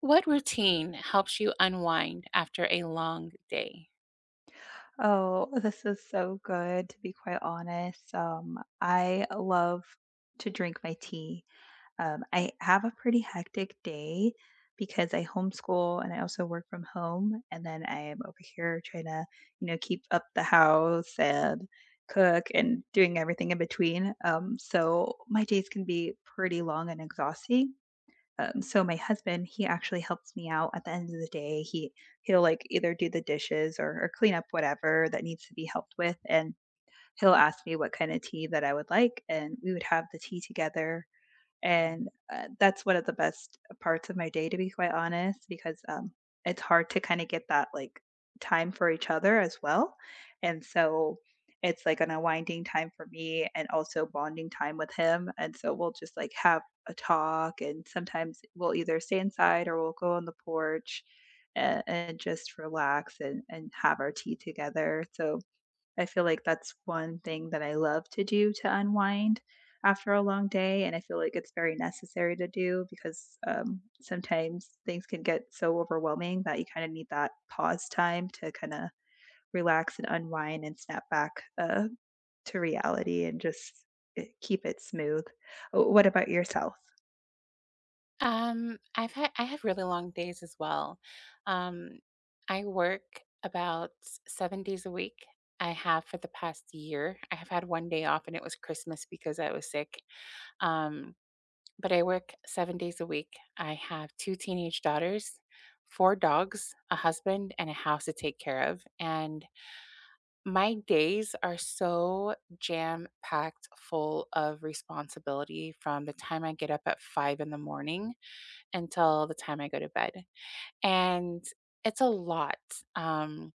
What routine helps you unwind after a long day? Oh, this is so good, to be quite honest. I love to drink my tea. I have a pretty hectic day because I homeschool and I also work from home. And then I am over here trying to, you know, keep up the house and cook and doing everything in between. So my days can be pretty long and exhausting. So my husband, he actually helps me out at the end of the day. He'll like either do the dishes or clean up whatever that needs to be helped with, and he'll ask me what kind of tea that I would like, and we would have the tea together. And that's one of the best parts of my day, to be quite honest, because, it's hard to kinda get that, like, time for each other as well, and so it's, like, an unwinding time for me and also bonding time with him, and so we'll just, like, have a talk, and sometimes we'll either stay inside or we'll go on the porch a and just relax and have our tea together, so I feel like that's one thing that I love to do to unwind after a long day, and I feel like it's very necessary to do because sometimes things can get so overwhelming that you kind of need that pause time to kind of relax and unwind and snap back uh, to reality and just keep it smooth. What about yourself? I have really long days as well. Um, I work about 7 days a week. I have for the past year. I have had 1 day off and it was Christmas because I was sick. Um but I work 7 days a week. I have two teenage daughters, four dogs, a husband, and a house to take care of. And my days are so jam packed full of responsibility from the time I get up at 5 in the morning until the time I go to bed. And it's a lot. Um,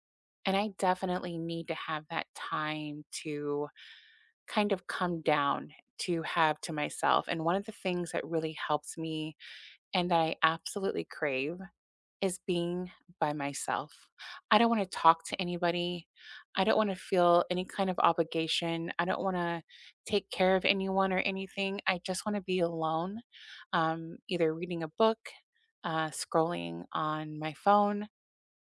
and I definitely need to have that time to kind of come down to have to myself. And one of the things that really helps me and that I absolutely crave is being by myself. I don't want to talk to anybody. I don't want to feel any kind of obligation. I don't want to take care of anyone or anything. I just want to be alone, either reading a book, scrolling on my phone,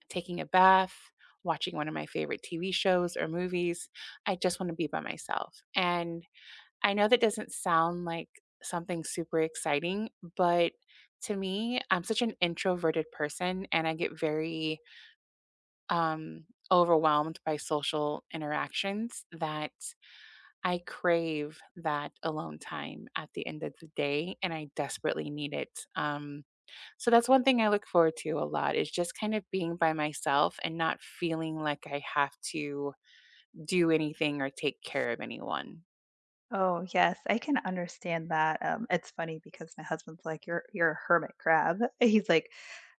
taking a bath, watching one of my favorite TV shows or movies. I just want to be by myself. And I know that doesn't sound like something super exciting, but to me, I'm such an introverted person and I get very um, overwhelmed by social interactions that I crave that alone time at the end of the day and I desperately need it. Um, so that's one thing I look forward to a lot is just kind of being by myself and not feeling like I have to do anything or take care of anyone. Oh, yes, I can understand that. It's funny because my husband's like, "You're a hermit crab." He's like,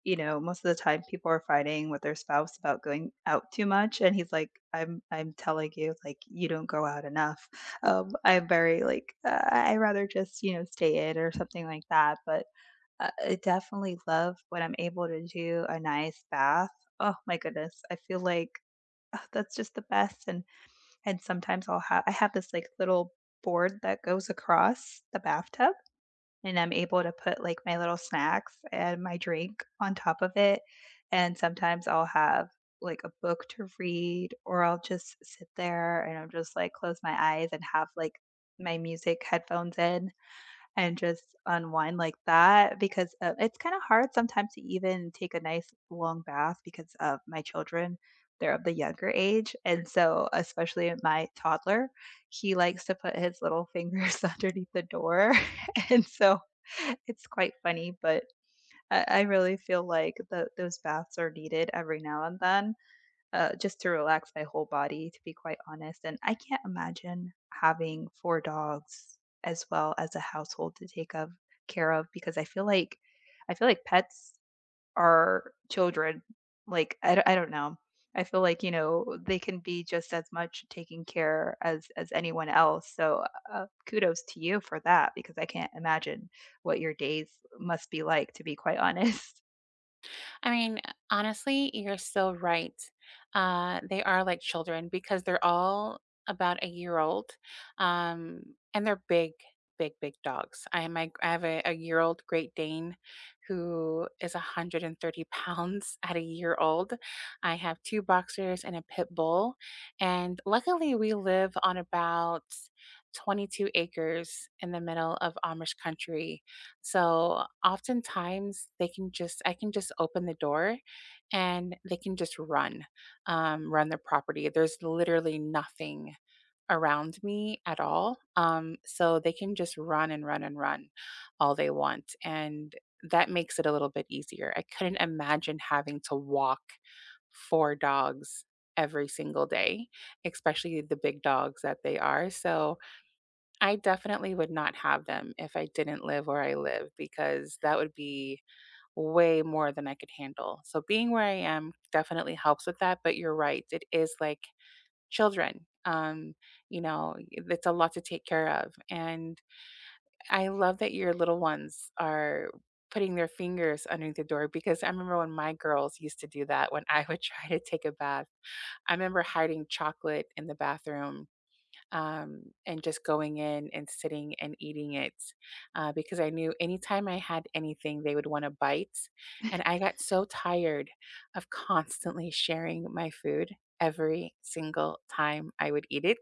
you know, most of the time people are fighting with their spouse about going out too much, and he's like, "I'm telling you, like, you don't go out enough." I'm very like, I rather just you know stay in or something like that. But I definitely love when I'm able to do a nice bath. Oh my goodness, I feel like that's just the best. And sometimes I have this, like, little board that goes across the bathtub, and I'm able to put, like, my little snacks and my drink on top of it, and sometimes I'll have, like, a book to read, or I'll just sit there and I'll just, like, close my eyes and have, like, my music headphones in and just unwind like that because it's kind of hard sometimes to even take a nice long bath because of my children. They're of the younger age. And so, especially my toddler, he likes to put his little fingers underneath the door. And so, it's quite funny, but I really feel like those baths are needed every now and then just to relax my whole body, to be quite honest. And I can't imagine having four dogs as well as a household to take of care of because I feel like pets are children. I don't know. I feel like you know they can be just as much taken care as anyone else. So kudos to you for that because I can't imagine what your days must be like. To be quite honest. I mean, honestly, you're so right. They are like children because they're all about a year old, um, and they're big dogs. I have a year old Great Dane who is 130 pounds at a year old. I have two boxers and a pit bull, and luckily we live on about 22 acres in the middle of Amish country, so oftentimes they can just I can just open the door and they can just run, run the property. There's literally nothing around me at all. So they can just run all they want. And that makes it a little bit easier. I couldn't imagine having to walk four dogs every single day, especially the big dogs that they are. So I definitely would not have them if I didn't live where I live because that would be way more than I could handle. So being where I am definitely helps with that, but you're right. It is like children. You know, it's a lot to take care of. And I love that your little ones are putting their fingers underneath the door because I remember when my girls used to do that when I would try to take a bath. I remember hiding chocolate in the bathroom and just going in and sitting and eating it, because I knew anytime I had anything, they would want to bite. And I got so tired of constantly sharing my food every single time I would eat it.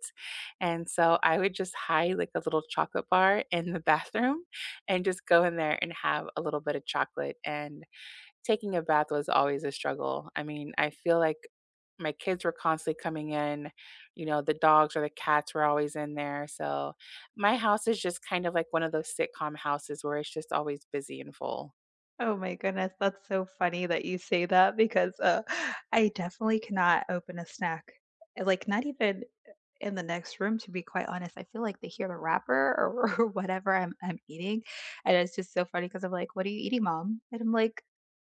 And so I would just hide like a little chocolate bar in the bathroom and just go in there and have a little bit of chocolate. And taking a bath was always a struggle. I mean, I feel like my kids were constantly coming in, you know, the dogs or the cats were always in there. So my house is just kind of like one of those sitcom houses where it's just always busy and full. Oh my goodness, that's so funny that you say that because I definitely cannot open a snack. Like, not even in the next room, to be quite honest. I feel like they hear the wrapper or whatever I'm eating. And it's just so funny because I'm like, "What are you eating, Mom?" And I'm like,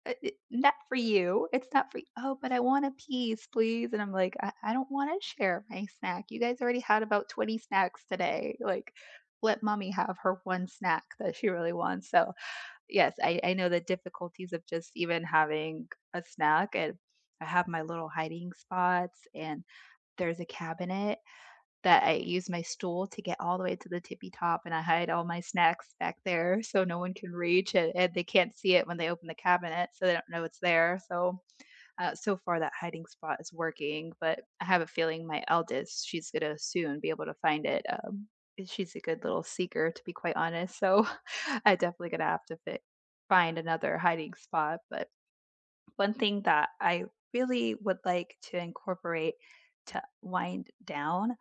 Not for you. It's not for you." "Oh, but I want a piece, please." And I'm like, I don't want to share my snack. You guys already had about 20 snacks today. Like, let mommy have her one snack that she really wants." So, yes, I know the difficulties of just even having a snack, and I have my little hiding spots, and there's a cabinet that I use my stool to get all the way to the tippy top, and I hide all my snacks back there so no one can reach it and they can't see it when they open the cabinet so they don't know it's there. So so far, that hiding spot is working, but I have a feeling my eldest, she's gonna soon be able to find it. She's a good little seeker, to be quite honest. So I definitely gonna have to find another hiding spot. But one thing that I really would like to incorporate to wind down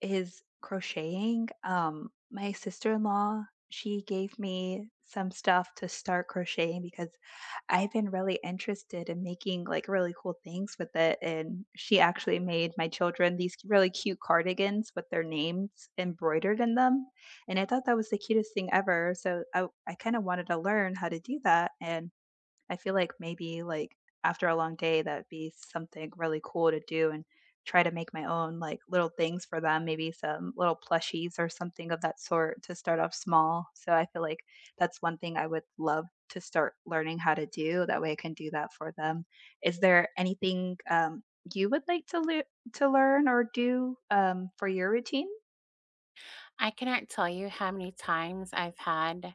is crocheting. My sister-in-law, she gave me some stuff to start crocheting because I've been really interested in making like really cool things with it. And she actually made my children these really cute cardigans with their names embroidered in them. And I thought that was the cutest thing ever. So I kind of wanted to learn how to do that. And I feel like maybe like after a long day, that'd be something really cool to do and try to make my own like little things for them, maybe some little plushies or something of that sort to start off small. So I feel like that's one thing I would love to start learning how to do. That way I can do that for them. Is there anything you would like to, to learn or do for your routine? I cannot tell you how many times I've had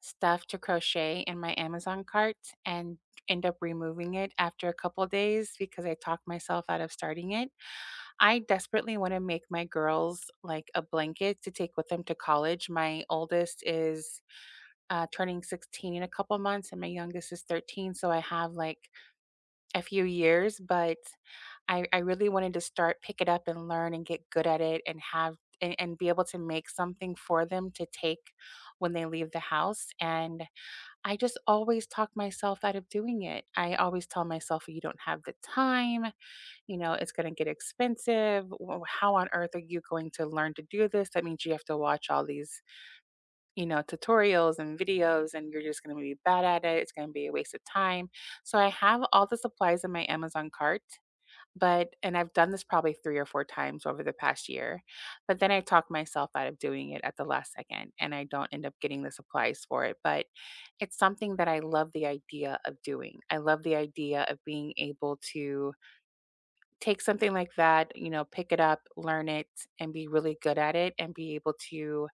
stuff to crochet in my Amazon cart and end up removing it after a couple days because I talked myself out of starting it. I desperately want to make my girls like a blanket to take with them to college. My oldest is turning 16 in a couple months, and my youngest is 13. So I have like a few years, but I really wanted to start, pick it up and learn and get good at it and and be able to make something for them to take when they leave the house. And I just always talk myself out of doing it. I always tell myself, "Well, you don't have the time, you know, it's going to get expensive. How on earth are you going to learn to do this? That means you have to watch all these, you know, tutorials and videos, and you're just going to be bad at it. It's going to be a waste of time." So I have all the supplies in my Amazon cart, but, and I've done this probably 3 or 4 times over the past year, but then I talk myself out of doing it at the last second and I don't end up getting the supplies for it. But it's something that I love the idea of doing. I love the idea of being able to take something like that, you know, pick it up, learn it, and be really good at it, and be able to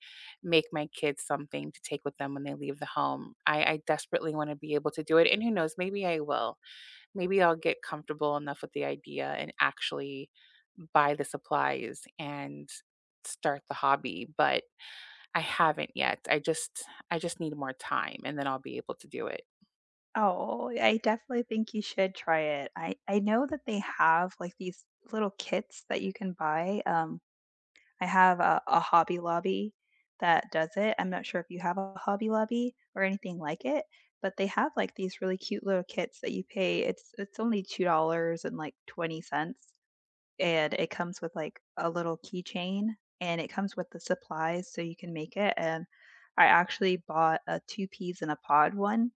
make my kids something to take with them when they leave the home. I desperately want to be able to do it. And who knows, maybe I will. Maybe I'll get comfortable enough with the idea and actually buy the supplies and start the hobby. But I haven't yet. I just need more time and then I'll be able to do it. Oh, I definitely think you should try it. I know that they have, like, these little kits that you can buy, I have a Hobby Lobby that does it. I'm not sure if you have a Hobby Lobby or anything like it, but they have, like, these really cute little kits that you pay it's only $2 and, like, 20 cents, and it comes with like a little keychain and it comes with the supplies so you can make it, and I actually bought a two peas in a pod one,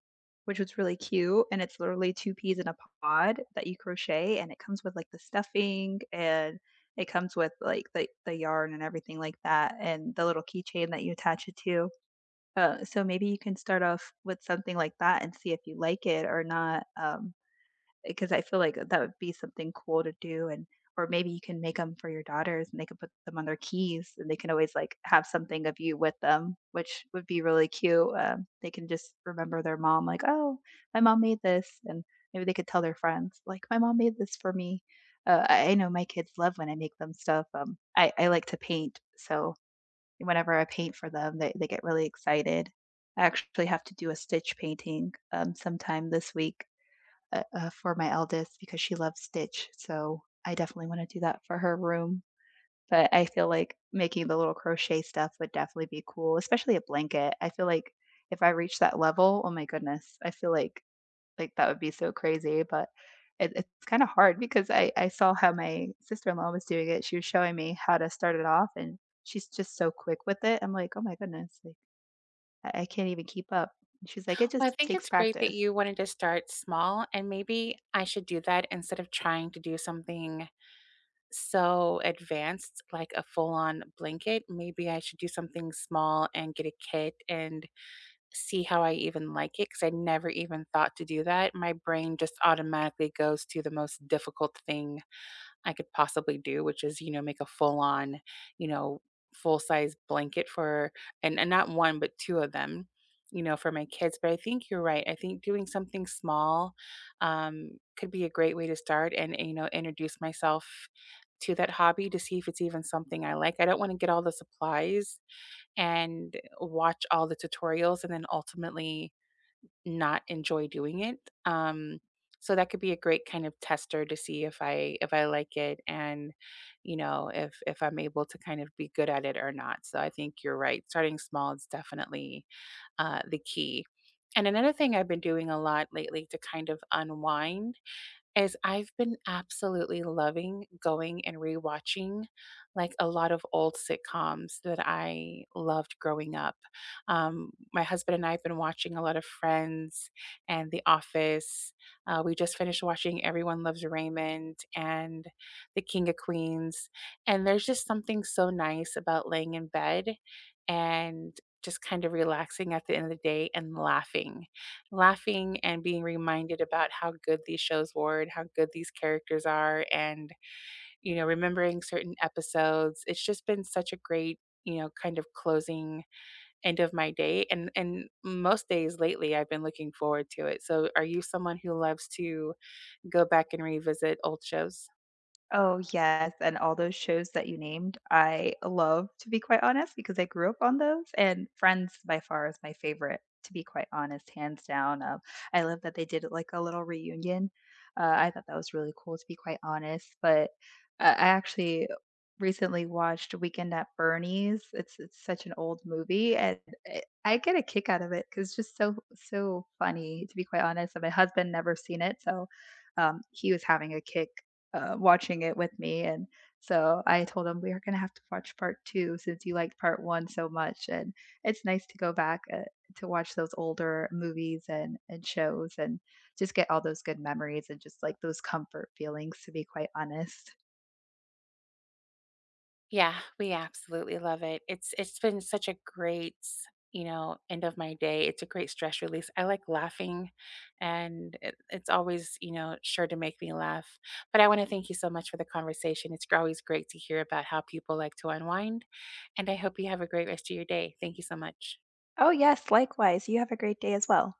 which was really cute, and it's literally two peas in a pod that you crochet, and it comes with like the stuffing and it comes with like the yarn and everything like that and the little keychain that you attach it to. So maybe you can start off with something like that and see if you like it or not. Because I feel like that would be something cool to do, and or maybe you can make them for your daughters and they can put them on their keys and they can always, like, have something of you with them, which would be really cute. They can just remember their mom, like, "Oh, my mom made this," and maybe they could tell their friends, like, "My mom made this for me." I know my kids love when I make them stuff. I like to paint, so whenever I paint for them, they get really excited. I actually have to do a Stitch painting, sometime this week for my eldest because she loves Stitch. So I definitely want to do that for her room. But I feel like making the little crochet stuff would definitely be cool, especially a blanket. I feel like if I reach that level, oh my goodness, I feel like that would be so crazy. But it's kind of hard because I saw how my sister in law was doing it. She was showing me how to start it off, and she's just so quick with it. I'm like, oh my goodness, like I can't even keep up. She's like, it Well, just I think takes it's great that practice. you wanted to start small, and maybe I should do that instead of trying to do something so advanced like a full on blanket. Maybe I should do something small and get a kit and see how I even like it, because I never even thought to do that. My brain just automatically goes to the most difficult thing I could possibly do, which is, you know, make a full on, you know, full size blanket for and not one, but two of them, you know, for my kids. But I think you're right. I think doing something small could be a great way to start and, you know, introduce myself to that hobby to see if it's even something I like. I don't want to get all the supplies and watch all the tutorials and then ultimately not enjoy doing it. Um, so that could be a great kind of tester to see if I like it, and you know if I'm able to kind of be good at it or not. So I think you're right. Starting small is definitely the key. And another thing I've been doing a lot lately to kind of unwind is I've been absolutely loving going and rewatching like a lot of old sitcoms that I loved growing up. My husband and I have been watching a lot of Friends and The Office. We just finished watching Everyone Loves Raymond and The King of Queens. And there's just something so nice about laying in bed and just kind of relaxing at the end of the day and laughing and being reminded about how good these shows were and how good these characters are, and you know, remembering certain episodes. It's just been such a great, you know, kind of closing end of my day, and most days lately I've been looking forward to it. So are you someone who loves to go back and revisit old shows? Oh, yes, and all those shows that you named, I love, to be quite honest, because I grew up on those, and Friends by far is my favorite, to be quite honest, hands down. I love that they did like a little reunion. I thought that was really cool, to be quite honest. But I actually recently watched Weekend at Bernie's. It's such an old movie, and I get a kick out of it because it's just so funny, to be quite honest. And my husband never seen it, so he was having a kick watching it with me. And so I told him we are going to have to watch part two since you liked part one so much. And it's nice to go back to watch those older movies and shows and just get all those good memories and just like those comfort feelings, to be quite honest. Yeah, we absolutely love it. It's been such a great, you know, end of my day. It's a great stress release. I like laughing and it's always, you know, sure to make me laugh. But I want to thank you so much for the conversation. It's always great to hear about how people like to unwind, and I hope you have a great rest of your day. Thank you so much. Oh, yes, likewise. You have a great day as well.